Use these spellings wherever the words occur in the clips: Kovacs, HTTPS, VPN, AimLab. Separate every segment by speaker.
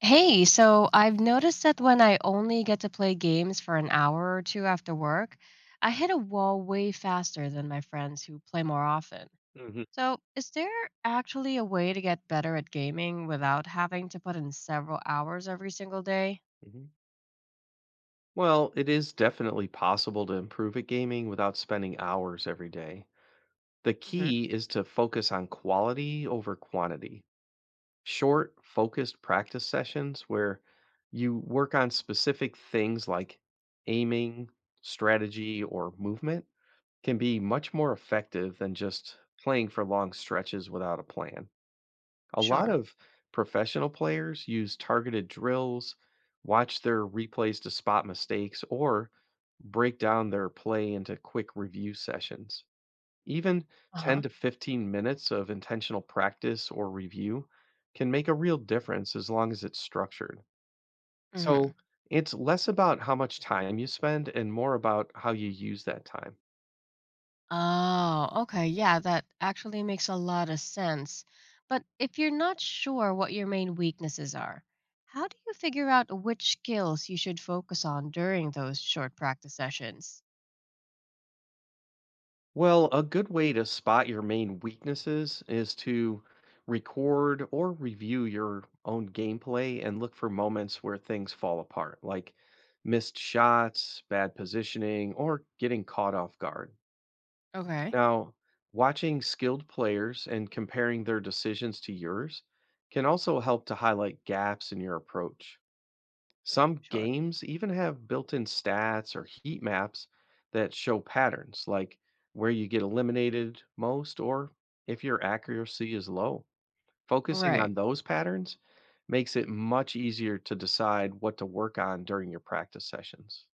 Speaker 1: Hey, so I've
Speaker 2: Yeah.
Speaker 1: noticed that when I only get to play games for an hour or two after work, I hit a wall way faster than my friends who play more often.
Speaker 2: Mhm,
Speaker 1: So, is there actually a way to get better at gaming without having to put in several hours every single day?
Speaker 2: mhm. Well, it is definitely possible to improve at gaming without spending hours every day. The
Speaker 1: Hmm.
Speaker 2: key is to focus on quality over quantity. Short, focused practice sessions where you work on specific things like aiming, strategy, or movement can be much more effective than just playing for long stretches without a plan. A lot
Speaker 1: Sure.
Speaker 2: of professional players use targeted drills, watch their replays to spot mistakes, or break down their play into quick review sessions. Even
Speaker 1: Uh
Speaker 2: 10
Speaker 1: huh.
Speaker 2: to 15 minutes of intentional practice or review can make a real difference as long as it's structured. So
Speaker 1: Hmm.
Speaker 2: it's less about how much time you spend and more about how you use that time.
Speaker 1: Oh, okay. Yeah, that actually makes a lot of sense. But if you're not sure what your main weaknesses are, how do you figure out which skills you should focus on during those short practice sessions?
Speaker 2: Well, a good way to spot your main weaknesses is to record or review your own gameplay and look for moments where things fall apart, like missed shots, bad positioning, or getting caught off guard.
Speaker 1: Okay.
Speaker 2: Now, watching skilled players and comparing their decisions to yours can also help to highlight gaps in your approach. Some
Speaker 1: Sure.
Speaker 2: games even have built in stats or heat maps that show patterns, like where you get eliminated most or if your accuracy is low. Focusing
Speaker 1: Right.
Speaker 2: on those patterns makes it much easier to decide what to work on during your practice sessions.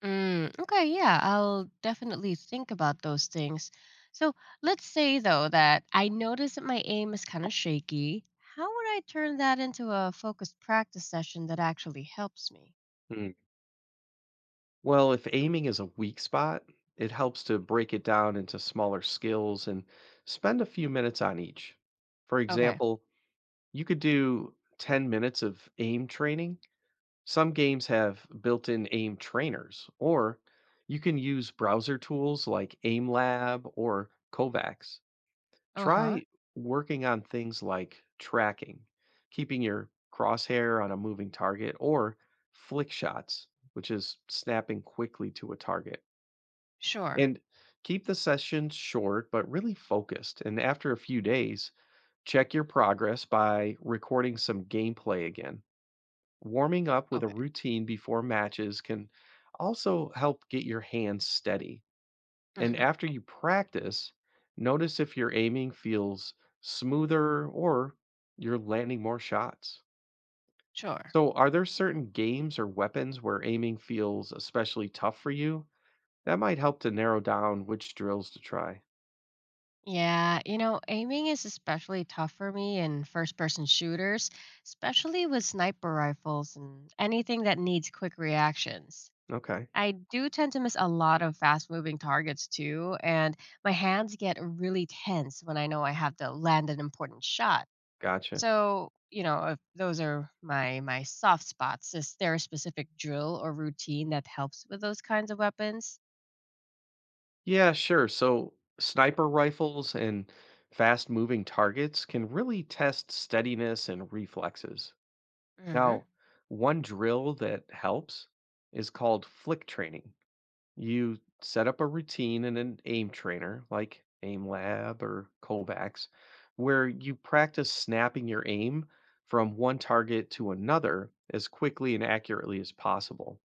Speaker 1: Mm, okay, yeah, I'll definitely think about those things. So let's say, though, that I notice that my aim is kind of shaky. How would I turn that into a focused practice session that actually helps me?
Speaker 2: Hmm. Well, if aiming is a weak spot, it helps to break it down into smaller skills and spend a few minutes on each. For
Speaker 1: Okay.
Speaker 2: example, you could do 10 minutes of aim training. Some games have built in aim trainers, or you can use browser tools like AimLab or Kovacs.
Speaker 1: Uh huh.
Speaker 2: Try working on things like tracking, keeping your crosshair on a moving target, or flick shots, which is snapping quickly to a target.
Speaker 1: Sure.
Speaker 2: And keep the sessions short but really focused. And after a few days, check your progress by recording some gameplay again. Warming up with a
Speaker 1: Okay.
Speaker 2: routine before matches can also help get your hands steady. And
Speaker 1: Hmm.
Speaker 2: after you practice, notice if your aiming feels smoother or you're landing more shots.
Speaker 1: Sure.
Speaker 2: So, are there certain games or weapons where aiming feels especially tough for you? That might help to narrow down which drills to try.
Speaker 1: Yeah, aiming is especially tough for me in first person shooters, especially with sniper rifles and anything that needs quick reactions.
Speaker 2: Okay,
Speaker 1: I do tend to miss a lot of fast moving targets too, and my hands get really tense when I know I have to land an important shot.
Speaker 2: gotcha.
Speaker 1: So, if those are my soft spots. Is there a specific drill or routine that helps with those kinds of weapons?
Speaker 2: Yeah, sure. So, sniper rifles and fast moving targets can really test steadiness and reflexes.
Speaker 1: Hmm.
Speaker 2: Now, one drill that helps is called flick training. You set up a routine in an aim trainer like Aim Lab or Kovacs, where you practice snapping your aim from one target to another as quickly and accurately as possible.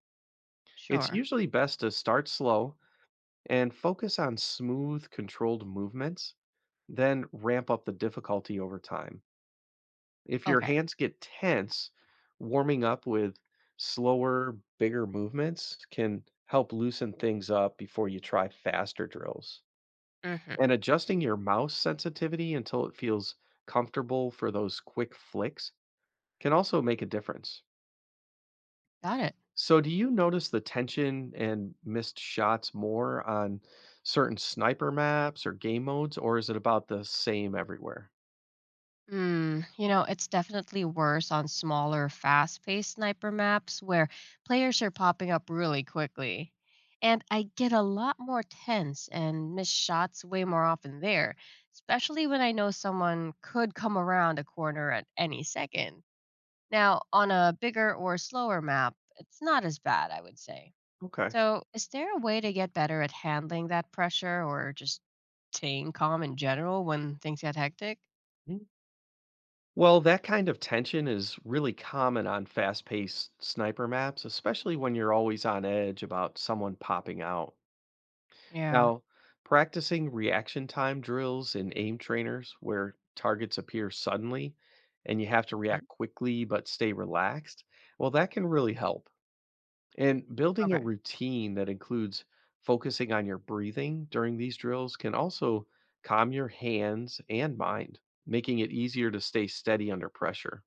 Speaker 2: It's
Speaker 1: Sure.
Speaker 2: usually best to start slow and focus on smooth, controlled movements, then ramp up the difficulty over time. If your
Speaker 1: Okay.
Speaker 2: hands get tense, warming up with slower, bigger movements can help loosen things up before you try faster drills. And
Speaker 1: Mhm.
Speaker 2: adjusting your mouse sensitivity until it feels comfortable for those quick flicks can also make a difference.
Speaker 1: Got it.
Speaker 2: So, do you notice the tension and missed shots more on certain sniper maps or game modes, or is it about the same everywhere?
Speaker 1: Hmm. It's definitely worse on smaller, fast paced sniper maps where players are popping up really quickly. And I get a lot more tense and miss shots way more often there, especially when I know someone could come around a corner at any second. Now, on a bigger or slower map, it's not as bad, I would say.
Speaker 2: Okay.
Speaker 1: So, is there a way to get better at handling that pressure or just staying calm in general when things get hectic?
Speaker 2: Well, that kind of tension is really common on fast paced sniper maps, especially when you're always on edge about someone popping out.
Speaker 1: Yeah.
Speaker 2: Now, practicing reaction time drills in aim trainers where targets appear suddenly and you have to
Speaker 1: Mm,
Speaker 2: react quickly but stay relaxed, well, that can really help. And building a
Speaker 1: okay,
Speaker 2: routine that includes focusing on your breathing during these drills can also calm your hands and mind, making it easier to stay steady under pressure.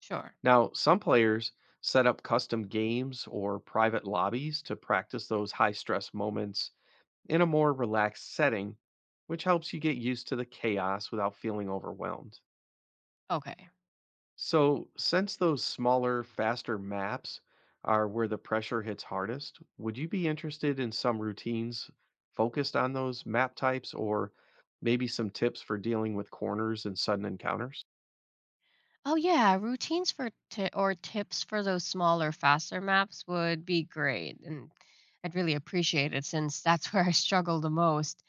Speaker 1: sure.
Speaker 2: Now, some players set up custom games or private lobbies to practice those high stress moments in a more relaxed setting, which helps you get used to the chaos without feeling overwhelmed.
Speaker 1: Okay.
Speaker 2: So, since those smaller, faster maps are where the pressure hits hardest, would you be interested in some routines focused on those map types or maybe some tips for dealing with corners and sudden encounters?
Speaker 1: Oh yeah, routines for ti or tips for those smaller, faster maps would be great, and I'd really appreciate it since that's where I struggle the most.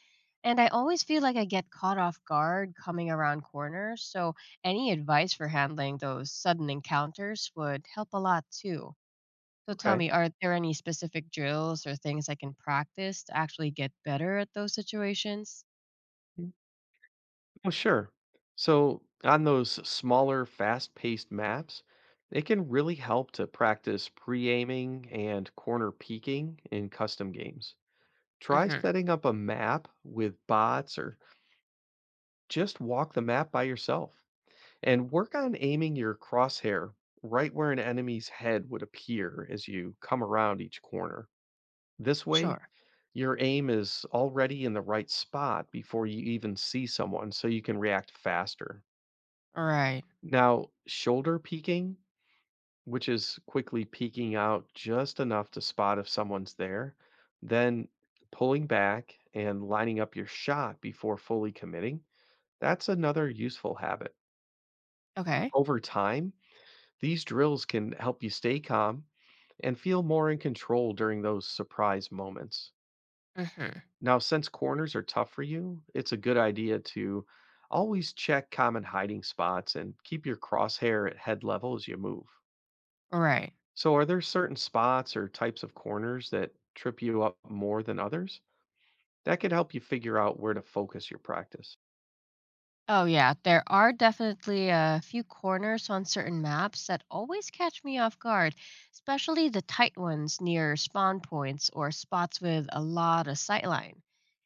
Speaker 1: And I always feel like I get caught off guard coming around corners, so any advice for handling those sudden encounters would help a lot too. So tell
Speaker 2: Okay.
Speaker 1: me, are there any specific drills or things I can practice to actually get better at those situations?
Speaker 2: Well, sure. So, on those smaller, fast paced maps, it can really help to practice pre aiming and corner peeking in custom games. Try
Speaker 1: Hmm.
Speaker 2: setting up a map with bots or just walk the map by yourself and work on aiming your crosshair right where an enemy's head would appear as you come around each corner. This way,
Speaker 1: Sure.
Speaker 2: your aim is already in the right spot before you even see someone, so you can react faster.
Speaker 1: Right.
Speaker 2: Now, shoulder peeking, which is quickly peeking out just enough to spot if someone's there, then pulling back and lining up your shot before fully committing, that's another useful habit.
Speaker 1: Okay.
Speaker 2: Over time, these drills can help you stay calm and feel more in control during those surprise moments.
Speaker 1: Hmm.
Speaker 2: Now, since corners are tough for you, it's a good idea to always check common hiding spots and keep your crosshair at head level as you move.
Speaker 1: Right.
Speaker 2: So, are there certain spots or types of corners that trip you up more than others? That could help you figure out where to focus your practice.
Speaker 1: Oh, yeah. There are definitely a few corners on certain maps that always catch me off guard, especially the tight ones near spawn points or spots with a lot of sightline.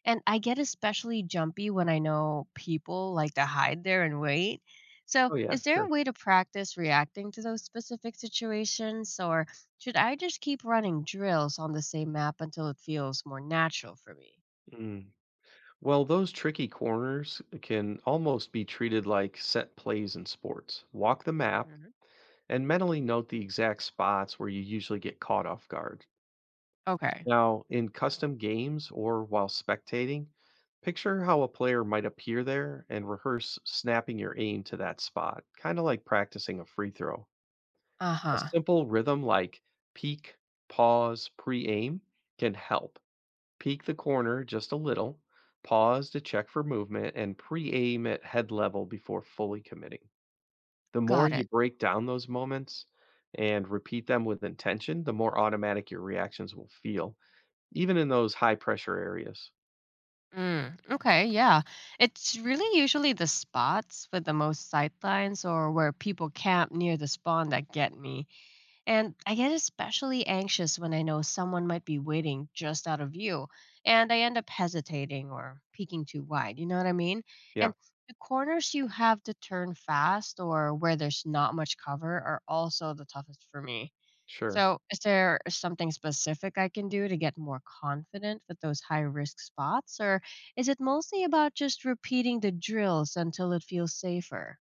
Speaker 1: And I get especially jumpy when I know people like to hide there and wait. So,
Speaker 2: Oh, yeah,
Speaker 1: is there
Speaker 2: sure.
Speaker 1: a way to practice reacting to those specific situations, or should I just keep running drills on the same map until it feels more natural for me?
Speaker 2: Mm. Well, those tricky corners can almost be treated like set plays in sports. Walk the map
Speaker 1: Mhm.
Speaker 2: and mentally note the exact spots where you usually get caught off guard.
Speaker 1: Okay.
Speaker 2: Now, in custom games or while spectating, picture how a player might appear there and rehearse snapping your aim to that spot, kind of like practicing a free throw.
Speaker 1: Uh
Speaker 2: A
Speaker 1: huh.
Speaker 2: simple rhythm like peek, pause, pre aim can help. Peek the corner just a little, pause to check for movement, and pre aim at head level before fully committing. The more
Speaker 1: Got it.
Speaker 2: you break down those moments and repeat them with intention, the more automatic your reactions will feel, even in those high pressure areas.
Speaker 1: Mm, okay, yeah. It's really usually the spots with the most sightlines or where people camp near the spawn that get me. And I get especially anxious when I know someone might be waiting just out of view, and I end up hesitating or peeking too wide. You know what I mean?
Speaker 2: Yeah,
Speaker 1: And the corners you have to turn fast or where there's not much cover are also the toughest for me.
Speaker 2: sure.
Speaker 1: So, is there something specific I can do to get more confident with those high risk spots? Or is it mostly about just repeating the drills until it feels safer?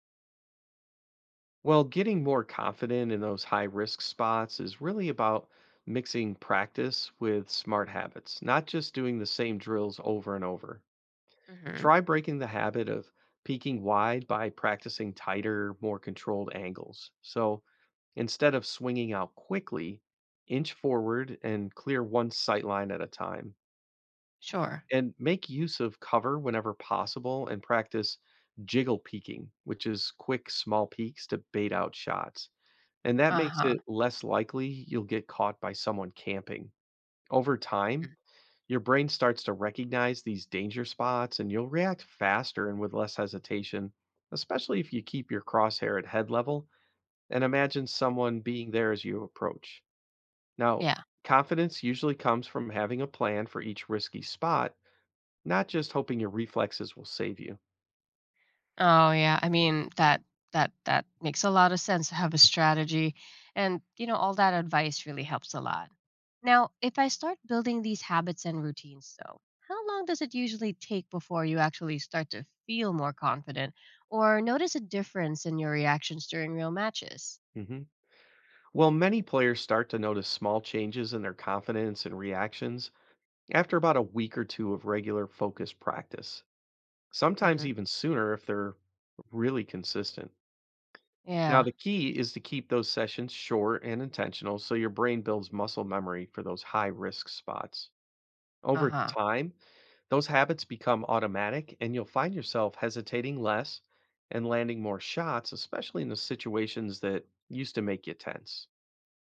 Speaker 2: Well, getting more confident in those high risk spots is really about mixing practice with smart habits, not just doing the same drills over and over.
Speaker 1: Hmm.
Speaker 2: Try breaking the habit of peeking wide by practicing tighter, more controlled angles. So instead of swinging out quickly, inch forward and clear one sight line at a time.
Speaker 1: Sure.
Speaker 2: And make use of cover whenever possible and practice jiggle peeking, which is quick, small peaks to bait out shots. And that
Speaker 1: Uh
Speaker 2: makes
Speaker 1: huh.
Speaker 2: it less likely you'll get caught by someone camping. Over time,
Speaker 1: Mm.
Speaker 2: your brain starts to recognize these danger spots and you'll react faster and with less hesitation, especially if you keep your crosshair at head level and imagine someone being there as you approach. Now,
Speaker 1: Yeah.
Speaker 2: confidence usually comes from having a plan for each risky spot, not just hoping your reflexes will save you.
Speaker 1: Oh yeah, I mean that makes a lot of sense to have a strategy and all that advice really helps a lot. Now, if I start building these habits and routines though, how long does it usually take before you actually start to feel more confident or notice a difference in your reactions during real matches?
Speaker 2: hmm Well, many players start to notice small changes in their confidence and reactions after about a week or two of regular focused practice, sometimes
Speaker 1: Hmm.
Speaker 2: even sooner if they're really consistent. Now,
Speaker 1: Yeah.
Speaker 2: the key is to keep those sessions short and intentional so your brain builds muscle memory for those high risk spots.
Speaker 1: Uh
Speaker 2: Over
Speaker 1: huh.
Speaker 2: time, those habits become automatic and you'll find yourself hesitating less and landing more shots, especially in the situations that used to make you tense.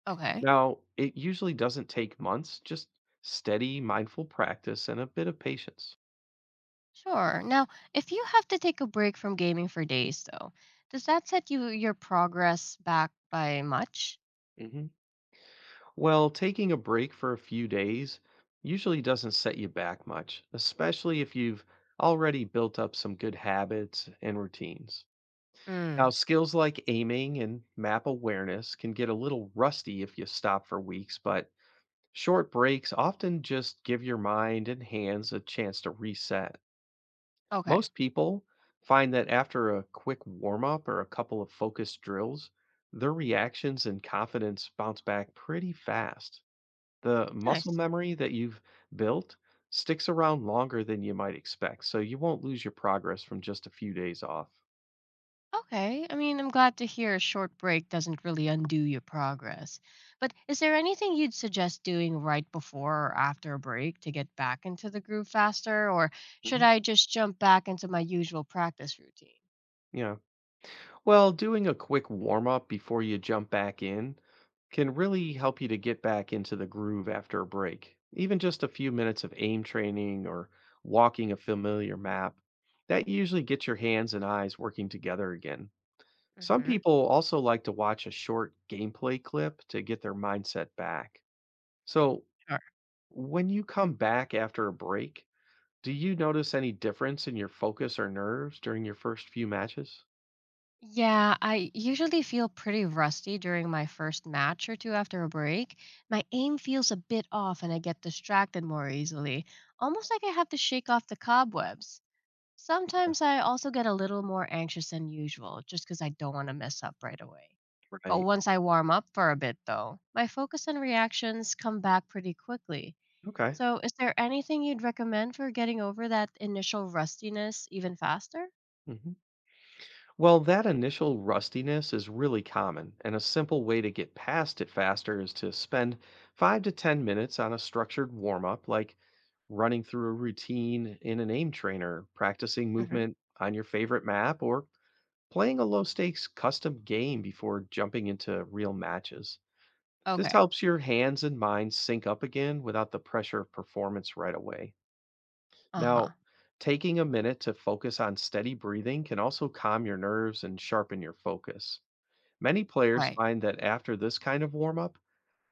Speaker 1: Okay.
Speaker 2: Now, it usually doesn't take months, just steady, mindful practice and a bit of patience.
Speaker 1: Sure. Now, if you have to take a break from gaming for days, though, does that set your progress back by much?
Speaker 2: Mhm. Well, taking a break for a few days usually doesn't set you back much, especially if you've already built up some good habits and routines. Now, skills like aiming and map awareness can get a little rusty if you stop for weeks, but short breaks often just give your mind and hands a chance to reset.
Speaker 1: Okay.
Speaker 2: Most people find that after a quick warm up or a couple of focused drills, their reactions and confidence bounce back pretty fast. The muscle
Speaker 1: Nice.
Speaker 2: memory that you've built sticks around longer than you might expect, so you won't lose your progress from just a few days off.
Speaker 1: Okay. I mean, I'm glad to hear a short break doesn't really undo your progress. But is there anything you'd suggest doing right before or after a break to get back into the groove faster? Or should
Speaker 2: Mhm.
Speaker 1: I just jump back into my usual practice routine?
Speaker 2: Yeah. Well, doing a quick warm up before you jump back in can really help you to get back into the groove after a break. Even just a few minutes of aim training or walking a familiar map, that usually gets your hands and eyes working together again. Some
Speaker 1: Hmm.
Speaker 2: people also like to watch a short gameplay clip to get their mindset back. So,
Speaker 1: Sure.
Speaker 2: when you come back after a break, do you notice any difference in your focus or nerves during your first few matches?
Speaker 1: Yeah, I usually feel pretty rusty during my first match or two after a break. My aim feels a bit off and I get distracted more easily, almost like I have to shake off the cobwebs. Sometimes I also get a little more anxious than usual just because I don't want to mess up right away. But
Speaker 2: Right.
Speaker 1: once I warm up for a bit, though, my focus and reactions come back pretty quickly.
Speaker 2: Okay.
Speaker 1: So, is there anything you'd recommend for getting over that initial rustiness even faster?
Speaker 2: hmm Well, that initial rustiness is really common, and a simple way to get past it faster is to spend 5 to 10 minutes on a structured warm up, like running through a routine in an aim trainer, practicing
Speaker 1: Hmm.
Speaker 2: movement on your favorite map, or playing a low stakes custom game before jumping into real matches. This
Speaker 1: Okay.
Speaker 2: helps your hands and mind sync up again without the pressure of performance right away.
Speaker 1: Uh
Speaker 2: Now,
Speaker 1: huh.
Speaker 2: taking a minute to focus on steady breathing can also calm your nerves and sharpen your focus. Many players
Speaker 1: Right.
Speaker 2: find that after this kind of warm up,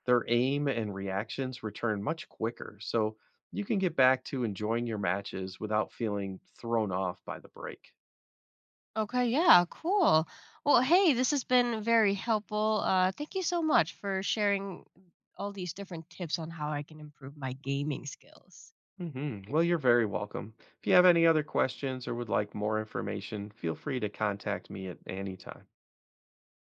Speaker 2: their aim and reactions return much quicker, so you can get back to enjoying your matches without feeling thrown off by the break.
Speaker 1: Okay. Yeah. Cool. Well, hey, this has been very helpful. Thank you so much for sharing all these different tips on how I can improve my gaming skills.
Speaker 2: Well, you're very welcome. If you have any other questions or would like more information, feel free to contact me at any time.